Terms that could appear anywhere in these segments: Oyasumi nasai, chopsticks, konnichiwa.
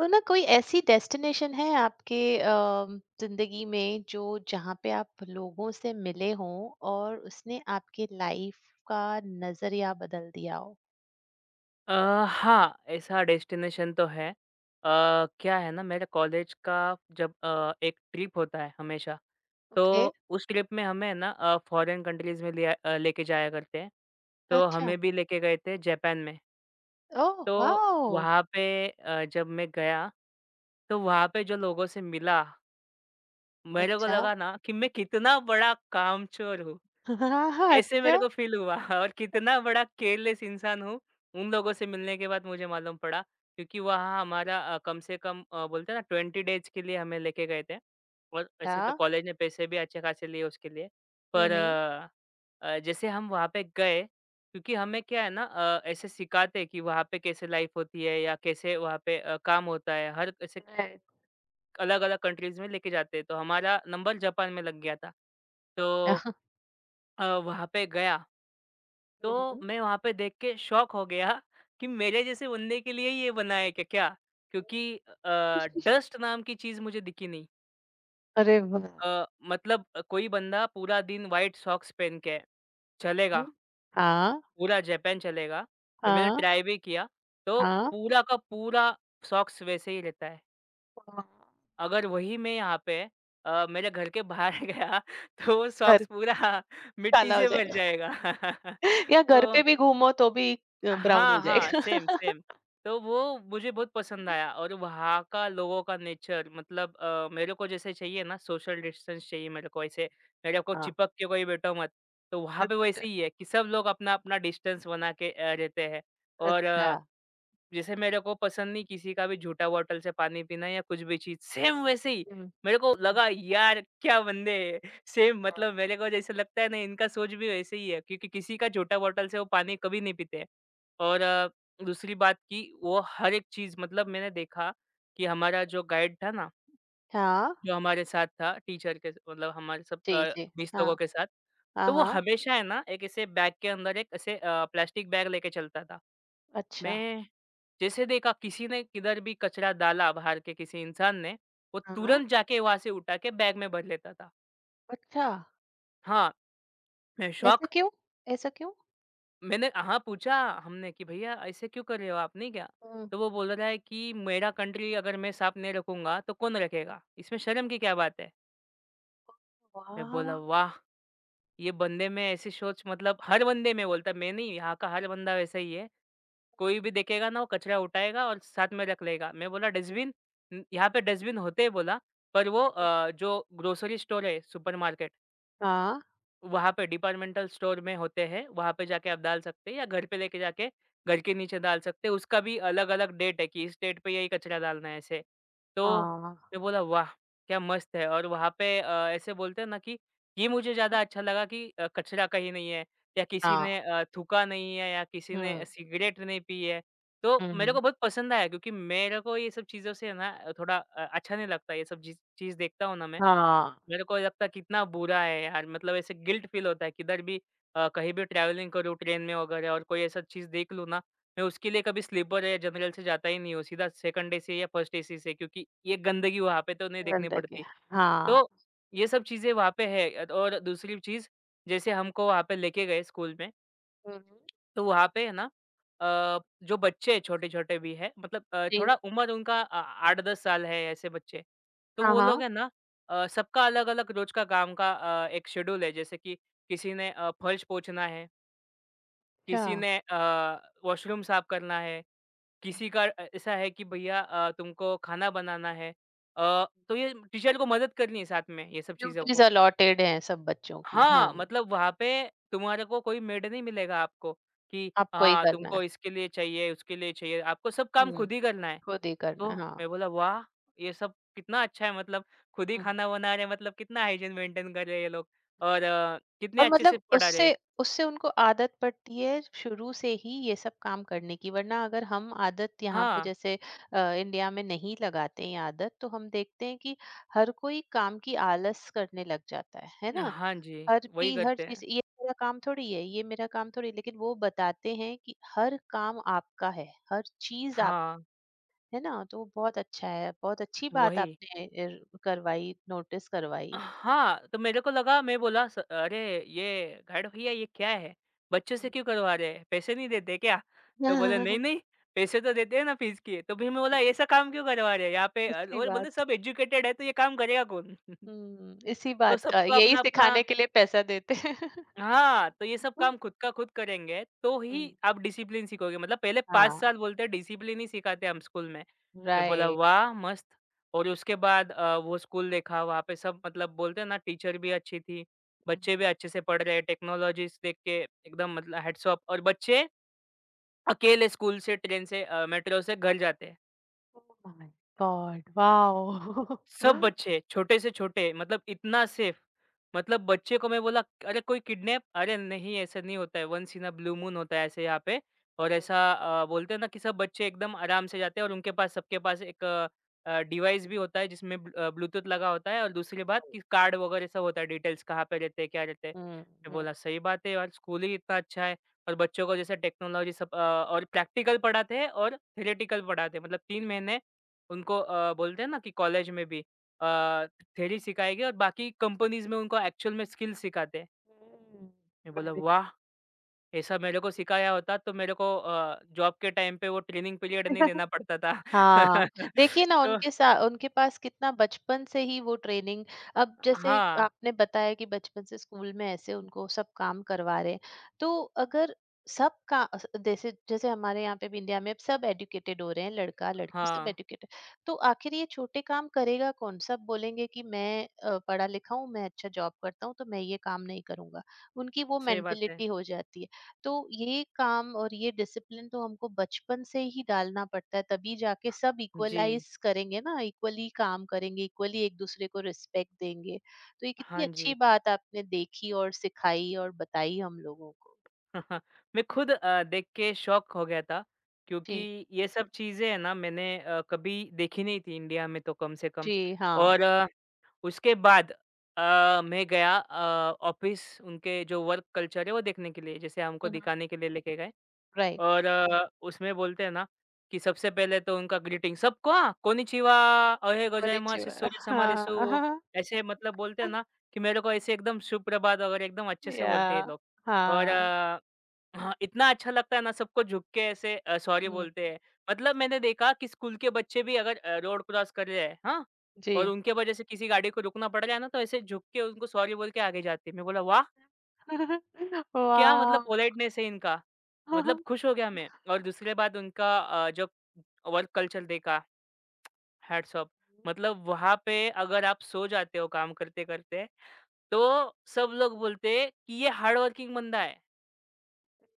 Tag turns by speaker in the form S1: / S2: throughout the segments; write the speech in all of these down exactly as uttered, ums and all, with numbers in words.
S1: तो ना कोई ऐसी डेस्टिनेशन है आपके अम, जिंदगी में जो जहाँ पे आप लोगों से मिले हों और उसने आपके लाइफ का नजरिया बदल दिया हो।
S2: अ, हाँ, ऐसा डेस्टिनेशन तो है। अ, क्या है ना मेरे कॉलेज का जब अ, एक ट्रिप होता है हमेशा,
S1: ओके।
S2: तो उस ट्रिप में हमें ना अ, फॉरेन कंट्रीज़ में लिया अ, लेके जाया करते हैं। तो
S1: अच्छा।
S2: हमें भी लेके गए थे जापान में।
S1: ओह
S2: तो
S1: वाओ।
S2: वहाँ पे अ, जब मैं गया, तो वहाँ पे जो लोगों से मिला, मेरे को
S1: अच्छा।
S2: लगा ना कि मैं कितना बड़ा कामचोर हूँ।
S1: हाँ हाँ,
S2: ऐसे
S1: अच्छा।
S2: मेरे को फ़ील हुआ और कितना बड़ा केयरलेस इंसान हूँ, उन लोगों से मिलने के बाद मुझे मालूम पड़ा क्योंकि वहाँ हमारा अ, कम से कम अ, बोलते हैं ना ट्वेंटी डेज़ के लिए हमें लेके गए थे और ऐसे तो
S1: हाँ।
S2: कॉलेज ने पैसे भी अच्छे खासे लिए उसके लिए। पर
S1: हम्म।
S2: अ अ, जैसे हम वहाँ पे गए क्योंकि हमें क्या है ना अ, ऐसे सिखाते हैं कि वहाँ पे कैसे लाइफ़ होती है या कैसे वहाँ पे अ, काम होता है, हर ऐसे
S1: राइट।
S2: अलग-अलग कंट्रीज़ में लेके जाते हैं, तो हमारा नंबर जापान में लग गया था। तो अ, वहाँ पे गया तो
S1: हम्म।
S2: मैं वहाँ पे देख के शॉक हो गया कि मेरे जैसे बंदे के लिए ये बना है क्या क्या? क्योंकि अ, डस्ट नाम की चीज़ मुझे दिखी नहीं।
S1: अरे वाह।
S2: अ, मतलब अ, कोई बंदा पूरा दिन व्हाइट सॉक्स पहन के चलेगा,
S1: हाँ।
S2: पूरा जापान चलेगा और मैंने
S1: हाँ।
S2: ट्राई भी किया, तो
S1: हाँ।
S2: पूरा का पूरा सॉक्स वैसे ही रहता है।
S1: हाँ।
S2: अगर वही मैं यहाँ पे अ, मेरे घर के बाहर गया तो वो
S1: घर
S2: सॉक्स पूरा मिट्टी
S1: काला हो
S2: से भर
S1: जाएगा।
S2: जाएगा।
S1: या घर
S2: तो
S1: पे भी घूमो तो भी ब्राउन
S2: हाँ,
S1: हो
S2: हाँ,
S1: जाएगा।
S2: Same, same. तो वो मुझे बहुत पसंद आया और वहाँ का लोगों का नेचर मतलब अ, मेरे को जैसे चाहिए ना सोशल डिस्टेंस चाहिए मेरे को ऐसे मेरे को
S1: हाँ।
S2: चिपक के कोई बैठो मत। तो वहाँ पे वैसे
S1: अच्छा।
S2: ही है कि सब लोग अपना-अपना डिस्टेंस बना के अ, रहते हैं और
S1: अच्छा।
S2: जैसे मेरे को पसंद नहीं किसी का भी झूठा बॉटल से पानी पीना या कुछ भी चीज़, सेम वैसे ही
S1: हुँ,
S2: मेरे को
S1: हुँ।
S2: लगा यार क्या बंदे हैं। सेम मतलब मेरे को जैसे लगता है ना इनका सोच भी वैसे ही है क्योंकि किसी का झूठा बॉटल से वो पानी कभी नहीं पीते हैं। और अ, दूसरी बात कि वो हर एक चीज़ मतलब मैंने देखा कि हमारा जो गाइड था ना
S1: हाँ।
S2: जो हमारे साथ था टीचर के मतलब हमारे सब
S1: जी,
S2: अ,
S1: जी।
S2: बीस
S1: हाँ।
S2: लोगों के साथ। तो
S1: हाँ,
S2: वो
S1: हाँ।
S2: हमेशा है ना एक ऐसे बैग के अंदर एक ऐसे अ, प्लास्टिक बैग लेके चलता था।
S1: अच्छा।
S2: मैं जैसे देखा किसी ने किधर भी कचरा डाला बाहर के किसी इंसान ने, वो
S1: हाँ।
S2: तुरंत जाके वहाँ से उठा के बैग में भर लेता था।
S1: अच्छा,
S2: हाँ, मैं शॉक
S1: ऐसा क्यों? ऐसा क्यों?
S2: मैंने हाँ, पूछा हमने कि भैया ऐसे क्यों कर रहे हो आपने क्या?
S1: हुँ।
S2: तो वो बोल रहा है कि मेरा कंट्री अगर मैं साफ नहीं रखूँगा तो कौन रखेगा? इसमें शर्म की क्या बात है? मैं बोला
S1: वाह!
S2: वाह! ये बंदे में ऐसी सोच मतलब हर बंदे में बोलता मैं नहीं यहाँ का हर बंदा वैसा ही है। कोई भी देखेगा ना वो कचरा उठाएगा और साथ में रख लेगा। मैं बोला डस्टबिन? यहाँ पे डस्टबिन होते हैं बोला पर वो अ, जो ग्रोसरी स्टोर है सुपरमार्केट
S1: हाँ,
S2: वहाँ पे डिपार्टमेंटल स्टोर में होते हैं, वहाँ पे जाके आप डाल सकते हैं या घर पे लेके जाके घर के नीचे डाल सकते हैं। उसका भी अलग-अलग डेट है कि इस डेट पे यही कचरा डालना है ऐसे। तो
S1: हाँ,
S2: मैं बोला वाह! क्या मस्त है और वहाँ पे अ, ऐसे बोलते हैं ना कि ये मुझे ज़्यादा अच्छा लगा कि अ, कचरा कहीं नहीं है या किसी
S1: हाँ।
S2: ने अ, थूका नहीं है या किसी ने
S1: हुँ,
S2: सिगरेट नहीं पी है। तो मेरे
S1: हुँ।
S2: को बहुत पसंद आया क्योंकि मेरे को ये सब चीज़ों से ना थोड़ा अ, अच्छा नहीं लगता ये सब चीज़ चीज़ देखता हूँ ना मैं,
S1: हाँ।
S2: मेरे को लगता है कितना बुरा है यार मतलब ऐसे गिल्ट फ़ील होता है किधर भी अ, कहीं भी ट्रैवलिंग करूँ ट्रेन में वगैरह और कोई ऐसा चीज़ देख लूँ ना, मैं उसके लिए कभी स्लीपर या जनरल से जाता ही नहीं हूँ, सीधा सेकंड एसी या फर्स्ट एसी से क्योंकि ये गंदगी वहाँ पे तो नहीं देखनी
S1: गंदगी।
S2: पड़ती।
S1: हाँ।
S2: तो ये सब चीज़ें वहाँ पे है अ, और दूसरी चीज़ जैसे हमको वहाँ पे लेके गए स्कूल में
S1: हुँ, हुँ।
S2: तो वहाँ पे है ना अ, जो बच्चे छोटे-छोटे भी हैं मतलब अ,
S1: जी।
S2: थोड़ा उम्र उनका अ, आठ दस साल है ऐसे बच्चे। तो
S1: हाँ,
S2: वो लोग
S1: हाँ।
S2: है ना अ, सबका अलग-अलग रोज़ का काम का अ, एक शेड्यूल है जैसे कि किसी ने अ, फर्श पोंछना है,
S1: अच्छा।
S2: किसी ने अ, वॉशरूम साफ करना है,
S1: हुँ।
S2: किसी का अ, ऐसा है कि भैया अ, तुमको खाना बनाना है। अ, तो ये टीचर को मदद करनी है साथ में ये सब चीज़ों
S1: ड्यूटीज़
S2: को।
S1: अलॉटेड हैं सब बच्चों की। हाँ,
S2: हाँ, मतलब वहाँ पे तुम्हारे को कोई मेड नहीं मिलेगा आपको कि
S1: आपको ही
S2: हाँ,
S1: करना
S2: तुमको
S1: है।
S2: इसके लिए चाहिए, उसके लिए चाहिए, आपको सब काम
S1: हुँ,
S2: खुद ही करना है।
S1: खुद ही करना
S2: तो
S1: है। हाँ।
S2: मैं बोला वाह! ये सब कितना अच्छा है मतलब खुद ही
S1: हुँ।
S2: खाना बना रहे हैं मतलब कितना हाइजीन मेंटेन कर रहे हैं ये लोग और अ, कितने
S1: और
S2: अच्छे से
S1: मतलब
S2: पढ़ा रहे हैं।
S1: उससे उससे उनको आदत पड़ती है शुरू से ही ये सब काम करने की। वरना अगर हम आदत यहाँ पे
S2: हाँ,
S1: जैसे अ, इंडिया में नहीं लगाते हैं आदत, तो हम देखते हैं कि हर कोई काम की आलस करने लग जाता है है ना।
S2: हाँ जी,
S1: हर
S2: वही
S1: पी हर
S2: करते
S1: चीज
S2: हैं।
S1: ये मेरा काम थोड़ी है, ये मेरा काम थोड़ी है, लेकिन वो बताते हैं कि हर काम आपका है, हर चीज आप,
S2: हाँ,
S1: है ना। तो वो बहुत अच्छा है, बहुत अच्छी बात
S2: वही।
S1: आपने अ, करवाई, नोटिस करवाई।
S2: हाँ, तो मेरे को लगा मैं बोला स अरे! ये गार्ड भईया ये क्या है? बच्चों से
S1: हम्म।
S2: क्यों करवा रहे हैं? पैसे नहीं देते क्या? तो बोले नहीं, नहीं पैसे तो देते हैं ना फीस के। तो फिर मैं बोला ऐसा काम क्यों करवा रहे हैं यहाँ पे?
S1: अच्छी
S2: और बोलते
S1: बात।
S2: सब एजुकेटेड है तो ये काम करेगा कौन?
S1: हुँ, इसी
S2: तो
S1: बात का,
S2: सबको
S1: यही
S2: अपना-अपना
S1: सिखाने के लिए पैसा देते हैं।
S2: हाँ, तो ये सब काम खुद का खुद करेंगे, तो
S1: हुँ,
S2: ही आप डिसिप्लिन सीखोगे। मतलब पहले पाँच
S1: हाँ,
S2: साल बोलते हैं डिसिप्लिन ही सिखाते हैं हम स्कूल में। मैं बोला
S1: राइट।
S2: वाह! मस्त और उसके बाद अ, वो स्कूल देखा वहाँ पे सब मतलब बोलते हैं ना टीचर भी अच्छी थी,
S1: हुँ।
S2: बच्चे भी अच्छे से पढ़ रहे हैं, टेक्नोलॉजीज़ देख के एकदम मतलब हैट्स ऑफ और बच्चे अकेले स्कूल से, ट्रेन से अ, मेट्रो से घर जाते हैं।
S1: Oh my God! वॉव!
S2: सब बच्चे, छोटे से छोटे मतलब इतना सेफ, मतलब बच्चे को मैं बोला अरे कोई किडनैप? अरे नहीं ऐसा नहीं होता है, once in a blue moon होता है ऐसे यहाँ पे और ऐसा अ, बोलते हैं ना कि सब बच्चे एकदम आराम से जाते हैं और उनके पास सबके पास एक अ, डिवाइस भी होता है जिसमें ब्ल अ, ब्लूटूथ लगा होता है और दूसरी बात कि कार्ड वगैरह सब होता है डिटेल्स कहाँ पे रहते हैं, क्या रहते हैं।
S1: हुँ,
S2: मैं
S1: हुँ, हुँ,
S2: बोला सही बात है यार, स्कूल ही इतना अच्छा है और बच्चों को जैसे टेक्नोलॉजी सब अ, और प्रैक्टिकल पढ़ाते हैं और थ्योरेटिकल पढ़ाते हैं मतलब तीन महीने उनको अ, बोलते हैं ना कि कॉलेज में भी अ, थ्योरी सिखाई गई और बाकी कंपनीज में उनको एक्चुअल में स्किल सिखाते हैं
S1: हुँ,
S2: मैं बोला
S1: राइट।
S2: वाह ऐसा मेरे को सिखाया होता तो मेरे को जॉब के टाइम पे वो ट्रेनिंग पीरियड नहीं देना पड़ता था
S1: हाँ, देखिए ना,
S2: तो
S1: उनके सा उनके पास कितना बचपन से ही वो ट्रेनिंग। अब जैसे
S2: हाँ
S1: आपने बताया कि बचपन से स्कूल में ऐसे उनको सब काम करवा रहे हैं, तो अगर सब का अ, जैसे जैसे हमारे यहाँ पे भी इंडिया में अब सब एजुकेटेड हो रहे हैं, लड़का-लड़की सब
S2: हाँ
S1: एजुकेटेड, तो आखिर ये छोटे काम करेगा कौन? सब बोलेंगे कि मैं अ, पढ़ा लिखा हूँ, मैं अच्छा जॉब करता हूँ, तो मैं ये काम नहीं करूँगा। उनकी वो
S2: सही बात है
S1: मेंटालिटी हो जाती है। तो ये काम और ये डिसिप्लिन तो हमको बचपन से ही डालना पड़ता है, तभी जाके सब
S2: जी
S1: इक्वलाइज करेंगे ना, इक्वली काम करेंगे, इक्वली एक दूसरे को रिस्पेक्ट देंगे। तो ये
S2: हाँ
S1: कितनी
S2: जी
S1: अच्छी बात आपने देखी और सिखाई और बताई हम लोगों को।
S2: मैं खुद अ, देख के शॉक हो गया था
S1: जी।
S2: क्योंकि ये सब चीजें है ना मैंने अ, कभी देखी नहीं थी इंडिया में तो कम से कम
S1: जी। हाँ।
S2: और उसके बाद अ, मैं गया अ, ऑफ़िस उनके जो वर्क कल्चर है वो देखने के लिए, जैसे हमको
S1: हम्म।
S2: दिखाने के लिए लेके गए
S1: राइट।
S2: और अ, उसमें बोलते हैं ना कि सबसे पहले तो उनका ग्रीटिंग सबको हाँ, "कोनिचिवा, ओहे गोजाइमासु,
S1: konnichiwa।
S2: सूर्यसमादेशु"
S1: हाँ।
S2: ऐसे मतलब बोलते हैं ना कि मेरे को ऐसे एकदम सुप्रभात वगैरह एकदम अच्छे से
S1: या।
S2: बोलते हैं ये लोग और
S1: हाँ।
S2: हाँ, इतना अच्छा लगता है ना सबको झुक के ऐसे अ, सॉरी बोलते
S1: हम्म,
S2: हैं। मतलब मैंने देखा कि स्कूल के बच्चे भी अगर अ, रोड क्रॉस कर रहे हैं, हाँ? और
S1: जी।
S2: उनके वजह से किसी गाड़ी को रुकना पड़ रहा है ना, तो ऐसे झुक के उनको सॉरी बोल के आगे जाते हैं। मैं बोला वाह! क्या मतलब
S1: वाह।
S2: पोलाइटनेस है इनका। मतलब खुश हो गया मैं और दूसरी बात उनका अ, जब वर्क कल्चर देखा, हैट्स ऑफ। मतलब वहाँ पे अगर आप सो जाते हो काम करते-करते, तो सब लोग बोलते हैं कि ये हार्ड वर्किंग बंदा है।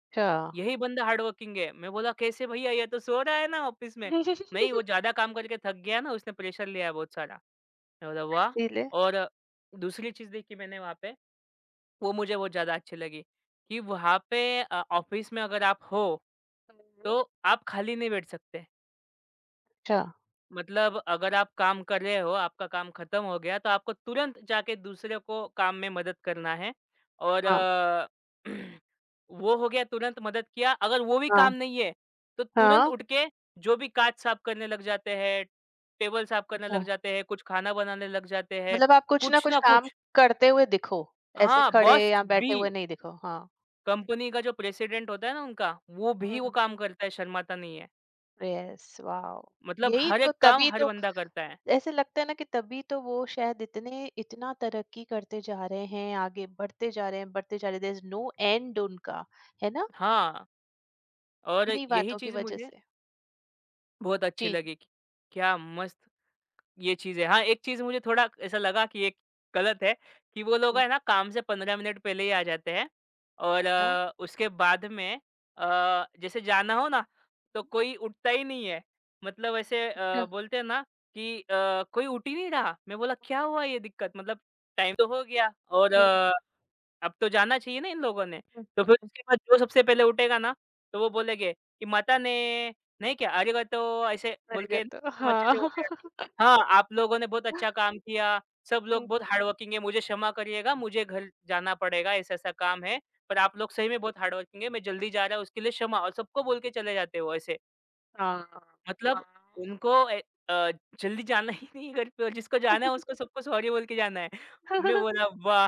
S1: अच्छा।
S2: यही बंदा हार्ड वर्किंग है। मैं बोला कैसे भैया ये तो सो रहा है ना ऑफिस में। नहीं वो ज़्यादा काम करके थक गया ना उसने प्रेशर लिया है बहुत सारा। मैं बोला वाह!
S1: इसीलिए।
S2: और दूसरी चीज़ देखी मैंने वहाँ पे, वो मुझे बहुत ज़्यादा अच्छी लगी कि वहाँ पे अ, ऑफिस में अगर आप हो,
S1: अच्छा।
S2: तो आप खाली नहीं बैठ सकते। मतलब अगर आप काम कर रहे हो, आपका काम खत्म हो गया, तो आपको तुरंत जाके दूसरे को काम में मदद करना है और
S1: हाँ।
S2: अ, वो हो गया तुरंत मदद किया, अगर वो भी
S1: हाँ।
S2: काम नहीं है, तो तुरंत
S1: हाँ।
S2: उठ के जो भी काँच साफ करने लग जाते हैं, टेबल साफ करने
S1: अच्छा,
S2: लग जाते हैं, कुछ खाना बनाने लग जाते हैं,
S1: मतलब आप कुछ ना
S2: कुछ
S1: कुछ
S2: ना
S1: काम
S2: कुछ।
S1: करते हुए दिखो, ऐसे
S2: हाँ,
S1: खड़े
S2: बॉस
S1: या
S2: भी
S1: बैठे हुए नहीं दिखो, हाँ।
S2: कंपनी का जो प्रेसिडेंट होता है ना उनका, वो भी वो
S1: हुँ,
S2: काम करता है, शर्माता नहीं है।
S1: Yes wow!
S2: मतलब
S1: यही
S2: हर
S1: तो,
S2: एक काम
S1: तभी
S2: हर
S1: तो
S2: बंदा करता है।
S1: ऐसे लगता है ना कि तभी तो वो शायद इतने इतना तरक्की करते जा रहे हैं, आगे बढ़ते जा रहे हैं, बढ़ते जा रहे हैं, देयर इज़ नो एंड उनका, है ना?
S2: हाँ, और
S1: इन्हीं
S2: यही
S1: बातों की
S2: चीज़
S1: वजह
S2: मुझे
S1: से।
S2: बहुत अच्छी
S1: जी,
S2: लगी कि क्या मस्त ये चीज़ है। हाँ, एक चीज़ मुझे थोड़ा ऐसा लगा कि ये गलत है कि वो लोग
S1: हुँ,
S2: है ना काम से पंद्रह मिनट पहले ही आ जाते हैं और
S1: हाँ,
S2: अ, उसके बाद में अ, जैसे जाना हो ना तो कोई उठता ही नहीं है। मतलब ऐसे अ,
S1: हुँ,
S2: बोलते हैं ना कि अ, कोई उठ ही नहीं रहा। मैं बोला क्या हुआ ये दिक्कत? मतलब टाइम तो हो गया और
S1: हुँ,
S2: अब तो जाना चाहिए ना इन लोगों ने।
S1: हुँ,
S2: तो फिर
S1: हुँ,
S2: उसके बाद जो सबसे पहले उठेगा ना, तो वो बोलेंगे कि माता ने नहीं क्या "अरिगतो" ऐसे बोल
S1: मर
S2: के
S1: गया तो
S2: एकदम अच्छे से
S1: हाँ।
S2: बोलेगा कि हाँ, आप लोगों ने बहुत अच्छा काम किया, सब लोग
S1: हुँ,
S2: बहुत हार्ड वर्किंग है, मुझे क्षमा करिएगा, मुझे घर जाना पड़ेगा, ऐसा-ऐसा काम है। पर आप लोग सही में बहुत हार्ड वर्किंग है, मैं जल्दी जा रहा हूँ, उसके लिए क्षमा और सबको बोल के चले जाते हैं वो ऐसे।
S1: हाँ, वाह!
S2: मतलब उनको ए अ, जल्दी जाना ही नहीं है घर पे और जिसको जाना है उसको सबको सॉरी बोल के जाना है। मैं बोला वाह!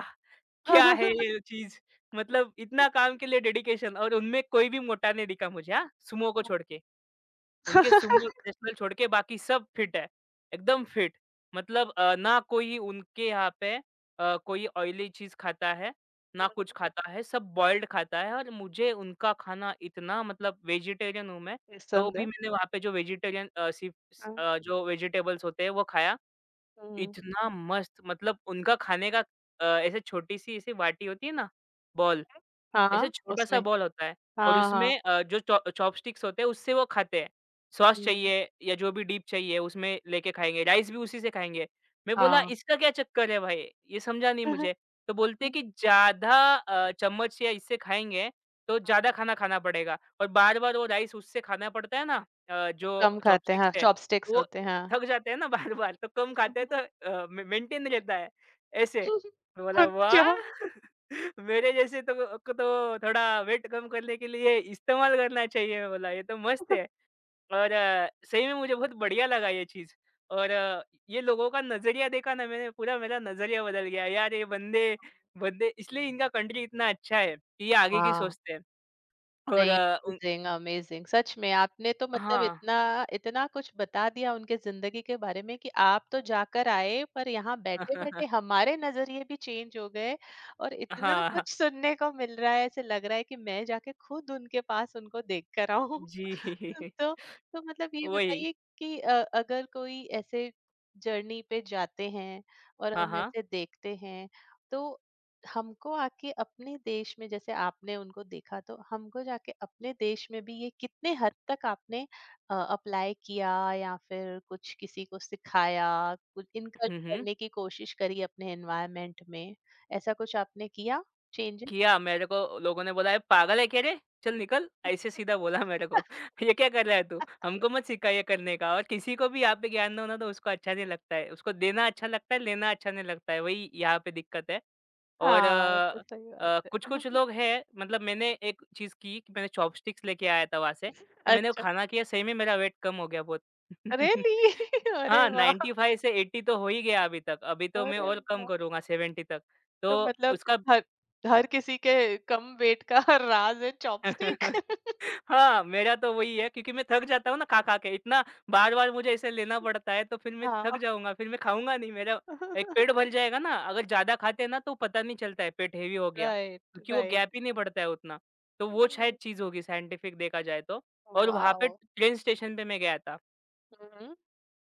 S2: क्या है ये चीज़? मतलब इतना काम के लिए डेडिकेशन और उनमें कोई भी मोटा नहीं दिखा मुझे, हाँ, सुमो को छोड़ के। उनके सुमो नेशनल छोड़ के बाकी सब फिट है, एकदम फिट। मतलब अ, ना कोई उनके यहाँ पे अ, कोई ऑयली चीज़ खाता है, ना कुछ खाता है, सब बॉइल्ड खाता है और मुझे उनका खाना इतना मतलब वेजिटेरियन हूँ मैं, तो
S1: पसंद
S2: भी
S1: है।
S2: मैंने वहाँ पे जो वेजिटेरियन अ, सिर्फ़ स
S1: हाँ,
S2: अ, जो वेजिटेबल्स होते हैं वो खाया।
S1: हुँ।
S2: इतना मस्त मतलब उनका खाने का अ, ऐसे छोटी-सी ऐसी वाटी होती है ना, बॉल, ऐसे
S1: हाँ,
S2: छोटा-सा
S1: उसमें।
S2: बॉल होता है और
S1: हाँ, हाँ।
S2: उसमें अ, जो चॉ चॉपस्टिक्स होते हैं उससे वो खाते हैं। सॉस
S1: हुँ,
S2: चाहिए या जो भी डीप चाहिए उसमें लेके खाएँगे, राइस भी उसी से खाएँगे। मैं बोला
S1: हाँ।
S2: इसका क्या चक्कर है भाई? ये समझा नहीं मुझे। तो बोलते हैं
S1: हम्म,
S2: कि ज़्यादा अ, चम्मच या इससे खाएँगे तो ज़्यादा खाना खाना पड़ेगा और बार-बार वो राइस उससे खाना पड़ता है ना, अ, जो
S1: कम खाते हैं,
S2: चॉपस्टिक्स
S1: हाँ,
S2: से, तो
S1: चॉपस्टिक्स
S2: वो
S1: होते हैं।
S2: थक जाते हैं ना बार-बार तो कम खाते हैं तो
S1: हाँ।
S2: अ, मे मेंटेन रहता है ऐसे। मैं बोला वाह!
S1: अच्छा।
S2: मेरे जैसे तो को तो थोड़ा वेट कम करने के लिए इस्तेमाल करना चाहिए, बोला ये तो मस्त है और अ, सही में मुझे बहुत बढ़िया लगा ये चीज़ और अ, ये लोगों का नज़रिया देखा ना मैंने, पूरा मेरा नज़रिया बदल गया यार, ये बंदे बंदे इसलिए इनका कंट्री इतना अच्छा है कि ये आगे की
S1: हाँ।
S2: सोचते हैं और
S1: नहीं,
S2: अ, उन
S1: अमेज़िंग, अमेज़िंग, सच में आपने तो मतलब
S2: हाँ।
S1: इतना इतना कुछ बता दिया उनके ज़िंदगी के बारे में कि आप तो जाकर आए, पर यहाँ बैठे-बैठे हमारे नज़रिए भी चेंज हो गए और इतना
S2: हाँ
S1: कुछ सुनने को मिल रहा है। ऐसे लग रहा है कि मैं जाके खुद उनके पास उनको देख कर आऊँ।
S2: जी।
S1: तो तो मतलब ये
S2: वही।
S1: बताइए कि अ, अगर कोई ऐसे जर्नी पे जाते हैं और
S2: हाँ,
S1: हम
S2: हाँ।
S1: ऐसे देखते हैं, तो हमको आके अपने देश में, जैसे आपने उनको देखा, तो हमको जाके अपने देश में भी ये कितने हद तक आपने अप्लाई किया, या फिर कुछ किसी को सिखाया, कुछ इनकल्ट
S2: हुँ, हुँ।
S1: करने की कोशिश करी अपने एनवायरनमेंट में, ऐसा कुछ आपने किया चेंजेस?
S2: किया। मेरे को लोगों ने बोला, "अरे पागल है क्या रे? चल निकल।" ऐसे सीधा बोला मेरे को, "ये क्या कर रहा है तू? हमको मत सिखा ये करने का।" और किसी को भी यहाँ पे ज्ञान दो ना तो उसको अच्छा नहीं लगता है। उसको देना अच्छा लगता है, लेना अच्छा नहीं लगता है। वही यहाँ पे दिक्कत है। और
S1: हाँ, ये तो
S2: अ
S1: सही
S2: अ,
S1: बात है।
S2: कुछ-कुछ लोग हैं, मतलब मैंने एक चीज़ की कि मैंने चॉपस्टिक्स लेके आया था वहाँ से, तो मैंने वो
S1: अच्छा।
S2: खाना किया, सही में मेरा वेट कम हो गया बहुत।
S1: रियली। अरे
S2: हाँ,
S1: वाह।
S2: नाइंटी फ़ाइव से अस्सी तो हो ही गया अभी तक। अभी तो मैं
S1: अरे
S2: और कम
S1: वाह।
S2: करूँगा सेवंटी तक। तो
S1: तो मतलब
S2: उसका।
S1: हर हर किसी के कम वेट का राज है चॉपस्टिक।
S2: हाँ, मेरा तो वही है क्योंकि मैं थक जाता हूँ ना खा-खा के, इतना बार-बार मुझे इसे लेना पड़ता है तो फिर मैं थक
S1: हाँ।
S2: जाऊँगा, फिर मैं खाऊँगा नहीं, मेरा एक पेट भर जाएगा ना, अगर ज़्यादा खाते हैं ना तो पता नहीं चलता है पेट हेवी हो गया,
S1: राइट,
S2: क्योंकि वो गैप
S1: राइट।
S2: ही नहीं पड़ता है उतना। तो वो शायद चीज़ होगी, साइंटिफिक देखा जाए तो। और वहाँ पे
S1: वाओ!
S2: ट्रेन स्टेशन पे मैं गया था।
S1: हुँ।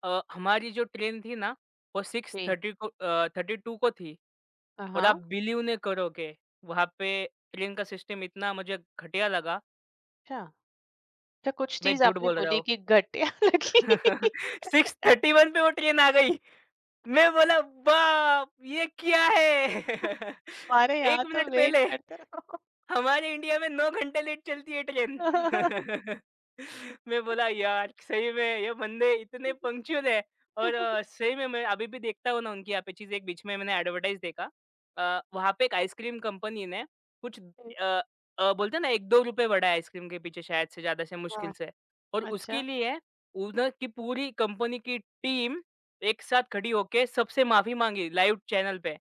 S2: अ, हमारी जो ट्रेन थी ना वो
S1: जी।
S2: सिक्स थर्टी को अ, थर्टी टू को थी
S1: अ,
S2: और
S1: हाँ,
S2: आप बिलीव नहीं करोगे, वहाँ पे ट्रेन का सिस्टम इतना मुझे घटिया लगा,
S1: अच्छा। अच्छा, कुछ
S2: मैं
S1: चीज़
S2: झूठ
S1: आपने
S2: बोल रहा
S1: बोली
S2: हूँ।
S1: कि घटिया लगी।
S2: सिक्स थर्टी वन पे वो ट्रेन आ गई। मैं बोला बाप! ये क्या है?
S1: हमारे
S2: एक
S1: यहाँ तो
S2: मिनट
S1: वेट
S2: पहले।
S1: करते रहो।
S2: हमारे इंडिया में नौ घंटे लेट चलती है ट्रेन। मैं बोला यार सही में ये बंदे इतने पंक्चुअल है। और अ, सही में मैं अभी भी देखता हूँ ना उनकी, यहाँ पे चीज़ एक बीच में मैंने एडवर्टाइज़ देखा अ, वहाँ पे एक आइसक्रीम कंपनी ने कुछ अ अ, बोलते हैं ना ₹एक दो रुपए बढ़ा है आइसक्रीम के पीछे शायद से, ज़्यादा से मुश्किल
S1: हाँ,
S2: से, और उसके
S1: अच्छा,
S2: लिए उधर की पूरी कंपनी की टीम एक साथ खड़ी होके सबसे माफ़ी माँगी लाइव चैनल पे।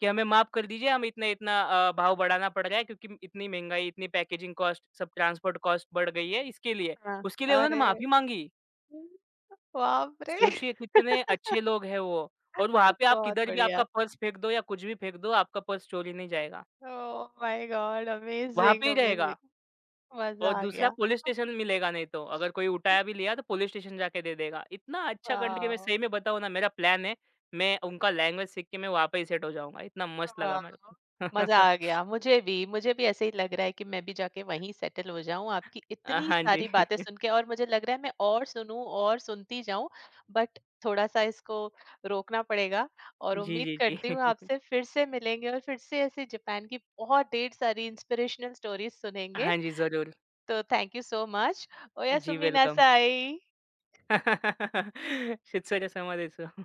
S2: कि हमें माफ़ कर दीजिए, हमें इतना-इतना अ, भाव बढ़ाना पड़ रहा है क्योंकि इतनी महँगाई, इतनी पैकेजिंग कॉस्ट, सब ट्रांसपोर्ट कॉस्ट बढ़ गई है इसके लिए।
S1: हाँ।
S2: उसके लिए उन्होंने
S1: अरे!
S2: माफ़ी माँगी।
S1: बाप रे!
S2: सोचिए कितने अच्छे लोग हैं वो। और वहाँ पे आप
S1: बहुत
S2: किधर भी आपका
S1: बढ़िया।
S2: पर्स फेंक दो या कुछ भी फेंक दो, आपका पर्स चोरी नहीं जाएगा।
S1: Oh my God!
S2: वहाँ पे
S1: अमेज़िंग,
S2: ही रहेगा
S1: अमेज़िंग। मज़ा
S2: और
S1: आ
S2: दूसरा,
S1: गया।
S2: पुलिस स्टेशन मिलेगा नहीं तो, अगर कोई उठाया भी लिया तो पुलिस स्टेशन जाके दे देगा। इतना अच्छा कंट्री, में
S1: वाओ!
S2: सही में बताऊँ ना मेरा प्लान है, मैं उनका लैंग्वेज सीख के मैं वहाँ पे ही सेट हो जाऊँगा। इतना मस्त लगा
S1: वाह!
S2: मेरे
S1: मज़ा
S2: को।
S1: आ गया। मुझे भी, मुझे भी ऐसे ही लग रहा है कि मैं भी जाके वहीं सेटल हो जाऊँ, आपकी
S2: अ,
S1: इतनी
S2: हाँ जी।
S1: सारी बातें सुन के, और मुझे लग रहा है मैं और सुनूँ और सुनती जाऊँ, बट थोड़ा-सा इसको रोकना पड़ेगा। और
S2: जी,
S1: उम्मीद
S2: जी,
S1: करती हूँ
S2: जी।
S1: आपसे फिर से मिलेंगे और फिर से ऐसे जापान की बहुत ढेर सारी इंस्पिरेशनल स्टोरीज़ सुनेंगे।
S2: हाँ जी, ज़रूर।
S1: तो थैंक यू सो मच।
S2: जी,
S1: ओयासुमी
S2: वेलकम।
S1: नासाई।
S2: शिवचर्या समाधेचं।